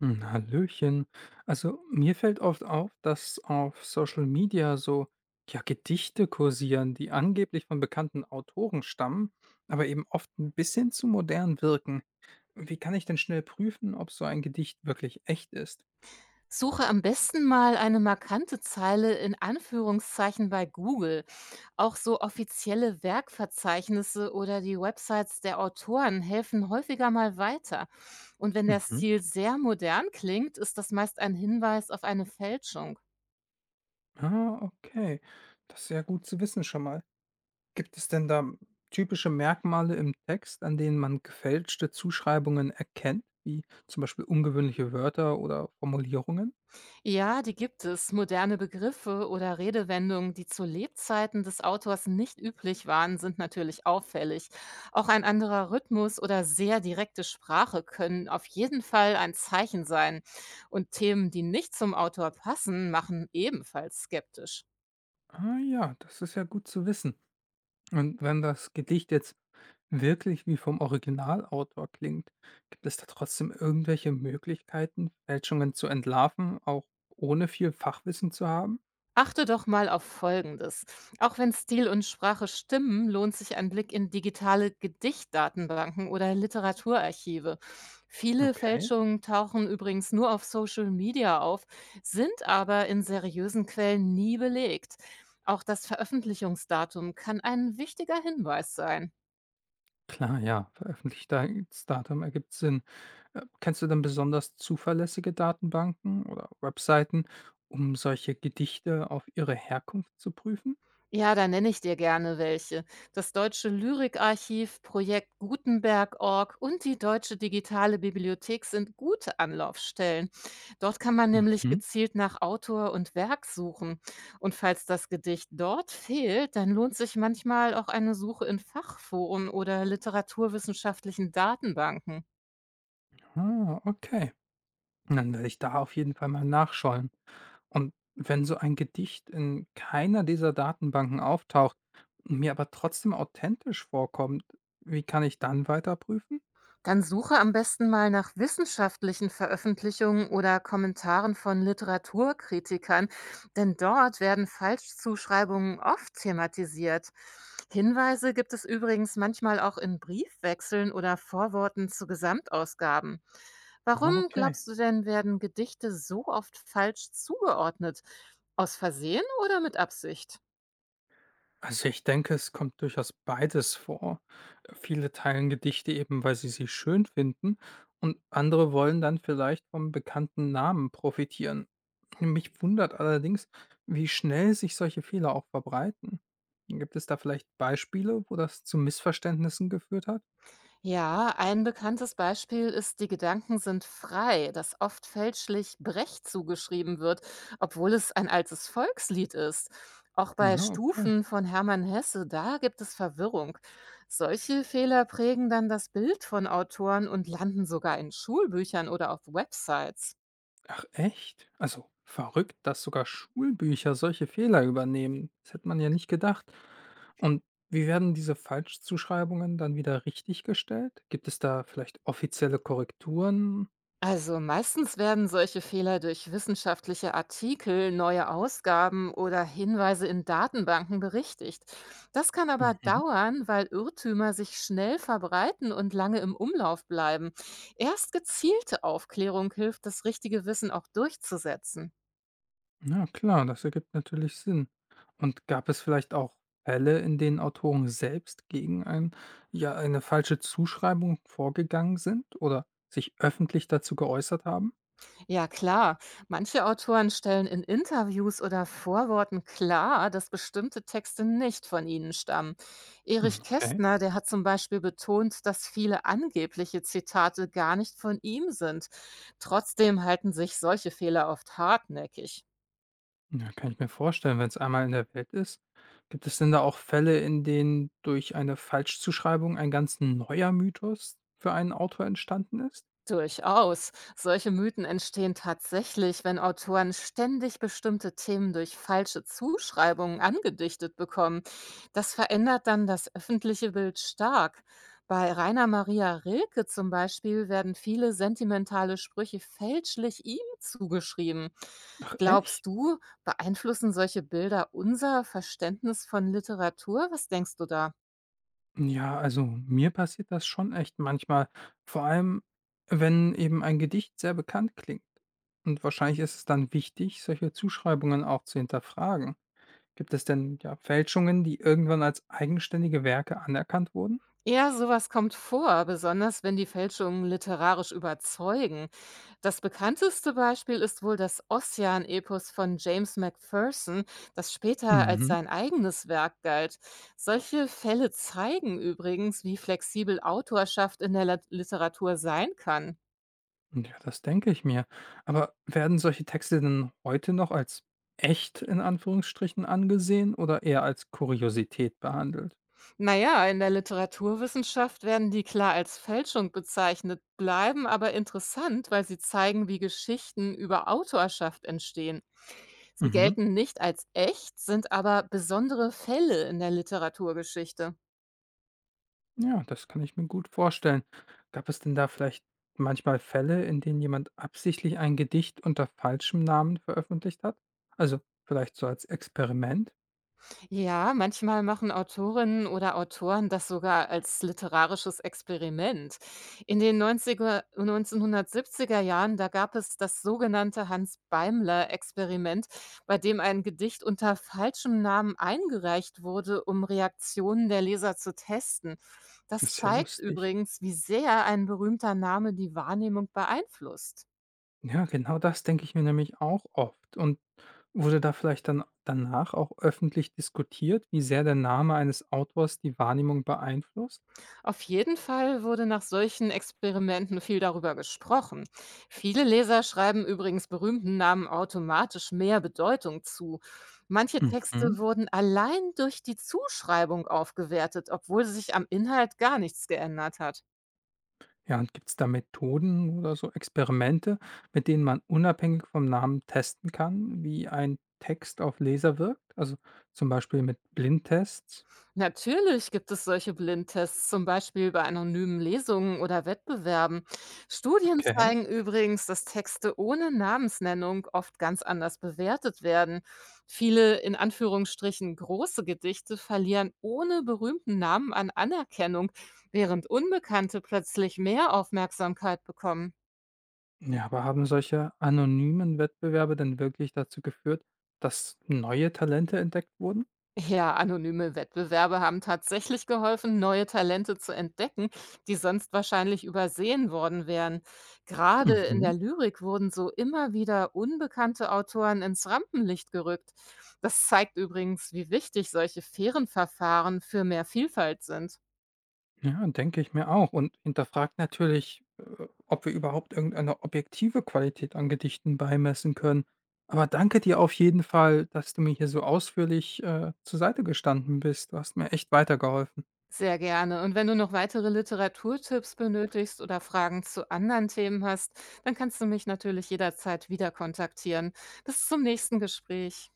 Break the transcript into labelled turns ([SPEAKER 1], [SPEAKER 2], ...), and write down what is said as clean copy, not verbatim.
[SPEAKER 1] Hm, Hallöchen. Also mir fällt oft auf, dass auf Social Media so, ja, Gedichte kursieren, die angeblich von bekannten Autoren stammen, aber eben oft ein bisschen zu modern wirken. Wie kann ich denn schnell prüfen, ob so ein Gedicht wirklich echt ist?
[SPEAKER 2] Suche am besten mal eine markante Zeile in Anführungszeichen bei Google. Auch so offizielle Werkverzeichnisse oder die Websites der Autoren helfen häufiger mal weiter. Und wenn der
[SPEAKER 1] Mhm.
[SPEAKER 2] Stil sehr modern klingt, ist das meist ein Hinweis auf eine Fälschung.
[SPEAKER 1] Ah, okay. Das ist ja gut zu wissen schon mal. Gibt es denn da typische Merkmale im Text, an denen man gefälschte Zuschreibungen erkennt, wie zum Beispiel ungewöhnliche Wörter oder Formulierungen?
[SPEAKER 2] Ja, die gibt es. Moderne Begriffe oder Redewendungen, die zu Lebzeiten des Autors nicht üblich waren, sind natürlich auffällig. Auch ein anderer Rhythmus oder sehr direkte Sprache können auf jeden Fall ein Zeichen sein. Und Themen, die nicht zum Autor passen, machen ebenfalls skeptisch.
[SPEAKER 1] Ah ja, das ist ja gut zu wissen. Und wenn das Gedicht jetzt wirklich wie vom Originalautor klingt, gibt es da trotzdem irgendwelche Möglichkeiten, Fälschungen zu entlarven, auch ohne viel Fachwissen zu haben?
[SPEAKER 2] Achte doch mal auf Folgendes. Auch wenn Stil und Sprache stimmen, lohnt sich ein Blick in digitale Gedichtdatenbanken oder Literaturarchive. Viele
[SPEAKER 1] Okay.
[SPEAKER 2] Fälschungen tauchen übrigens nur auf Social Media auf, sind aber in seriösen Quellen nie belegt. Auch das Veröffentlichungsdatum kann ein wichtiger Hinweis sein.
[SPEAKER 1] Klar, ja, Veröffentlichungsdatum ergibt Sinn. Kennst du denn besonders zuverlässige Datenbanken oder Webseiten, um solche Gedichte auf ihre Herkunft zu prüfen?
[SPEAKER 2] Ja, da nenne ich dir gerne welche. Das Deutsche Lyrikarchiv, Projekt Gutenberg.org und die Deutsche Digitale Bibliothek sind gute Anlaufstellen. Dort kann man nämlich
[SPEAKER 1] Mhm.
[SPEAKER 2] gezielt nach Autor und Werk suchen. Und falls das Gedicht dort fehlt, dann lohnt sich manchmal auch eine Suche in Fachforen oder literaturwissenschaftlichen Datenbanken.
[SPEAKER 1] Ah, okay. Dann werde ich da auf jeden Fall mal nachschauen. Und wenn so ein Gedicht in keiner dieser Datenbanken auftaucht und mir aber trotzdem authentisch vorkommt, wie kann ich dann weiter prüfen?
[SPEAKER 2] Dann suche am besten mal nach wissenschaftlichen Veröffentlichungen oder Kommentaren von Literaturkritikern, denn dort werden Falschzuschreibungen oft thematisiert. Hinweise gibt es übrigens manchmal auch in Briefwechseln oder Vorworten zu Gesamtausgaben. Warum
[SPEAKER 1] Ah, okay.
[SPEAKER 2] glaubst du denn, werden Gedichte so oft falsch zugeordnet? Aus Versehen oder mit Absicht?
[SPEAKER 1] Also ich denke, es kommt durchaus beides vor. Viele teilen Gedichte eben, weil sie sie schön finden und andere wollen dann vielleicht vom bekannten Namen profitieren. Mich wundert allerdings, wie schnell sich solche Fehler auch verbreiten. Gibt es da vielleicht Beispiele, wo das zu Missverständnissen geführt hat?
[SPEAKER 2] Ja, ein bekanntes Beispiel ist Die Gedanken sind frei, das oft fälschlich Brecht zugeschrieben wird, obwohl es ein altes Volkslied ist. Auch bei
[SPEAKER 1] Ja, okay.
[SPEAKER 2] Stufen von Hermann Hesse, da gibt es Verwirrung. Solche Fehler prägen dann das Bild von Autoren und landen sogar in Schulbüchern oder auf Websites.
[SPEAKER 1] Ach echt? Also verrückt, dass sogar Schulbücher solche Fehler übernehmen. Das hätte man ja nicht gedacht. Und wie werden diese Falschzuschreibungen dann wieder richtiggestellt? Gibt es da vielleicht offizielle Korrekturen?
[SPEAKER 2] Also meistens werden solche Fehler durch wissenschaftliche Artikel, neue Ausgaben oder Hinweise in Datenbanken berichtigt. Das kann aber
[SPEAKER 1] Mhm.
[SPEAKER 2] dauern, weil Irrtümer sich schnell verbreiten und lange im Umlauf bleiben. Erst gezielte Aufklärung hilft, das richtige Wissen auch durchzusetzen.
[SPEAKER 1] Ja, klar, das ergibt natürlich Sinn. Und gab es vielleicht auch Fälle, in denen Autoren selbst gegen ein, ja, eine falsche Zuschreibung vorgegangen sind oder sich öffentlich dazu geäußert haben?
[SPEAKER 2] Ja, klar. Manche Autoren stellen in Interviews oder Vorworten klar, dass bestimmte Texte nicht von ihnen stammen.
[SPEAKER 1] Mhm,
[SPEAKER 2] Erich
[SPEAKER 1] okay.
[SPEAKER 2] Kästner, der hat zum Beispiel betont, dass viele angebliche Zitate gar nicht von ihm sind. Trotzdem halten sich solche Fehler oft hartnäckig.
[SPEAKER 1] Ja, kann ich mir vorstellen, wenn es einmal in der Welt ist. Gibt es denn da auch Fälle, in denen durch eine Falschzuschreibung ein ganz neuer Mythos für einen Autor entstanden ist?
[SPEAKER 2] Durchaus. Solche Mythen entstehen tatsächlich, wenn Autoren ständig bestimmte Themen durch falsche Zuschreibungen angedichtet bekommen. Das verändert dann das öffentliche Bild stark. Bei Rainer Maria Rilke zum Beispiel werden viele sentimentale Sprüche fälschlich ihm zugeschrieben.
[SPEAKER 1] Ach, echt?
[SPEAKER 2] Glaubst du, beeinflussen solche Bilder unser Verständnis von Literatur? Was denkst du da?
[SPEAKER 1] Ja, also mir passiert das schon echt manchmal, vor allem wenn eben ein Gedicht sehr bekannt klingt. Und wahrscheinlich ist es dann wichtig, solche Zuschreibungen auch zu hinterfragen. Gibt es denn ja Fälschungen, die irgendwann als eigenständige Werke anerkannt wurden?
[SPEAKER 2] Ja, sowas kommt vor, besonders wenn die Fälschungen literarisch überzeugen. Das bekannteste Beispiel ist wohl das Ossian-Epos von James Macpherson, das später als
[SPEAKER 1] Mhm.
[SPEAKER 2] sein eigenes Werk galt. Solche Fälle zeigen übrigens, wie flexibel Autorschaft in der Literatur sein kann.
[SPEAKER 1] Ja, das denke ich mir. Aber werden solche Texte denn heute noch als echt in Anführungsstrichen angesehen oder eher als Kuriosität behandelt?
[SPEAKER 2] Naja, in der Literaturwissenschaft werden die klar als Fälschung bezeichnet, bleiben aber interessant, weil sie zeigen, wie Geschichten über Autorschaft entstehen. Sie
[SPEAKER 1] Mhm.
[SPEAKER 2] gelten nicht als echt, sind aber besondere Fälle in der Literaturgeschichte.
[SPEAKER 1] Ja, das kann ich mir gut vorstellen. Gab es denn da vielleicht manchmal Fälle, in denen jemand absichtlich ein Gedicht unter falschem Namen veröffentlicht hat? Also vielleicht so als Experiment?
[SPEAKER 2] Ja, manchmal machen Autorinnen oder Autoren das sogar als literarisches Experiment. In den neunziger er 1970er Jahren, da gab es das sogenannte Hans-Beimler-Experiment, bei dem ein Gedicht unter falschem Namen eingereicht wurde, um Reaktionen der Leser zu testen. Das
[SPEAKER 1] Ist ja
[SPEAKER 2] zeigt
[SPEAKER 1] lustig.
[SPEAKER 2] übrigens, wie sehr ein berühmter Name die Wahrnehmung beeinflusst.
[SPEAKER 1] Ja, genau das denke ich mir nämlich auch oft. Und wurde da vielleicht dann danach auch öffentlich diskutiert, wie sehr der Name eines Autors die Wahrnehmung beeinflusst?
[SPEAKER 2] Auf jeden Fall wurde nach solchen Experimenten viel darüber gesprochen. Viele Leser schreiben übrigens berühmten Namen automatisch mehr Bedeutung zu. Manche Texte
[SPEAKER 1] Mhm.
[SPEAKER 2] wurden allein durch die Zuschreibung aufgewertet, obwohl sich am Inhalt gar nichts geändert hat.
[SPEAKER 1] Ja, und gibt es da Methoden oder so Experimente, mit denen man unabhängig vom Namen testen kann, wie ein Text auf Leser wirkt? Also zum Beispiel mit Blindtests?
[SPEAKER 2] Natürlich gibt es solche Blindtests, zum Beispiel bei anonymen Lesungen oder Wettbewerben. Studien
[SPEAKER 1] Okay.
[SPEAKER 2] zeigen übrigens, dass Texte ohne Namensnennung oft ganz anders bewertet werden. Viele in Anführungsstrichen große Gedichte verlieren ohne berühmten Namen an Anerkennung, während Unbekannte plötzlich mehr Aufmerksamkeit bekommen.
[SPEAKER 1] Ja, aber haben solche anonymen Wettbewerbe denn wirklich dazu geführt, dass neue Talente entdeckt wurden?
[SPEAKER 2] Ja, anonyme Wettbewerbe haben tatsächlich geholfen, neue Talente zu entdecken, die sonst wahrscheinlich übersehen worden wären. Gerade in
[SPEAKER 1] Mhm.
[SPEAKER 2] der Lyrik wurden so immer wieder unbekannte Autoren ins Rampenlicht gerückt. Das zeigt übrigens, wie wichtig solche fairen Verfahren für mehr Vielfalt sind.
[SPEAKER 1] Ja, denke ich mir auch und hinterfragt natürlich, ob wir überhaupt irgendeine objektive Qualität an Gedichten beimessen können. Aber danke dir auf jeden Fall, dass du mir hier so ausführlich, zur Seite gestanden bist. Du hast mir echt weitergeholfen.
[SPEAKER 2] Sehr gerne. Und wenn du noch weitere Literaturtipps benötigst oder Fragen zu anderen Themen hast, dann kannst du mich natürlich jederzeit wieder kontaktieren. Bis zum nächsten Gespräch.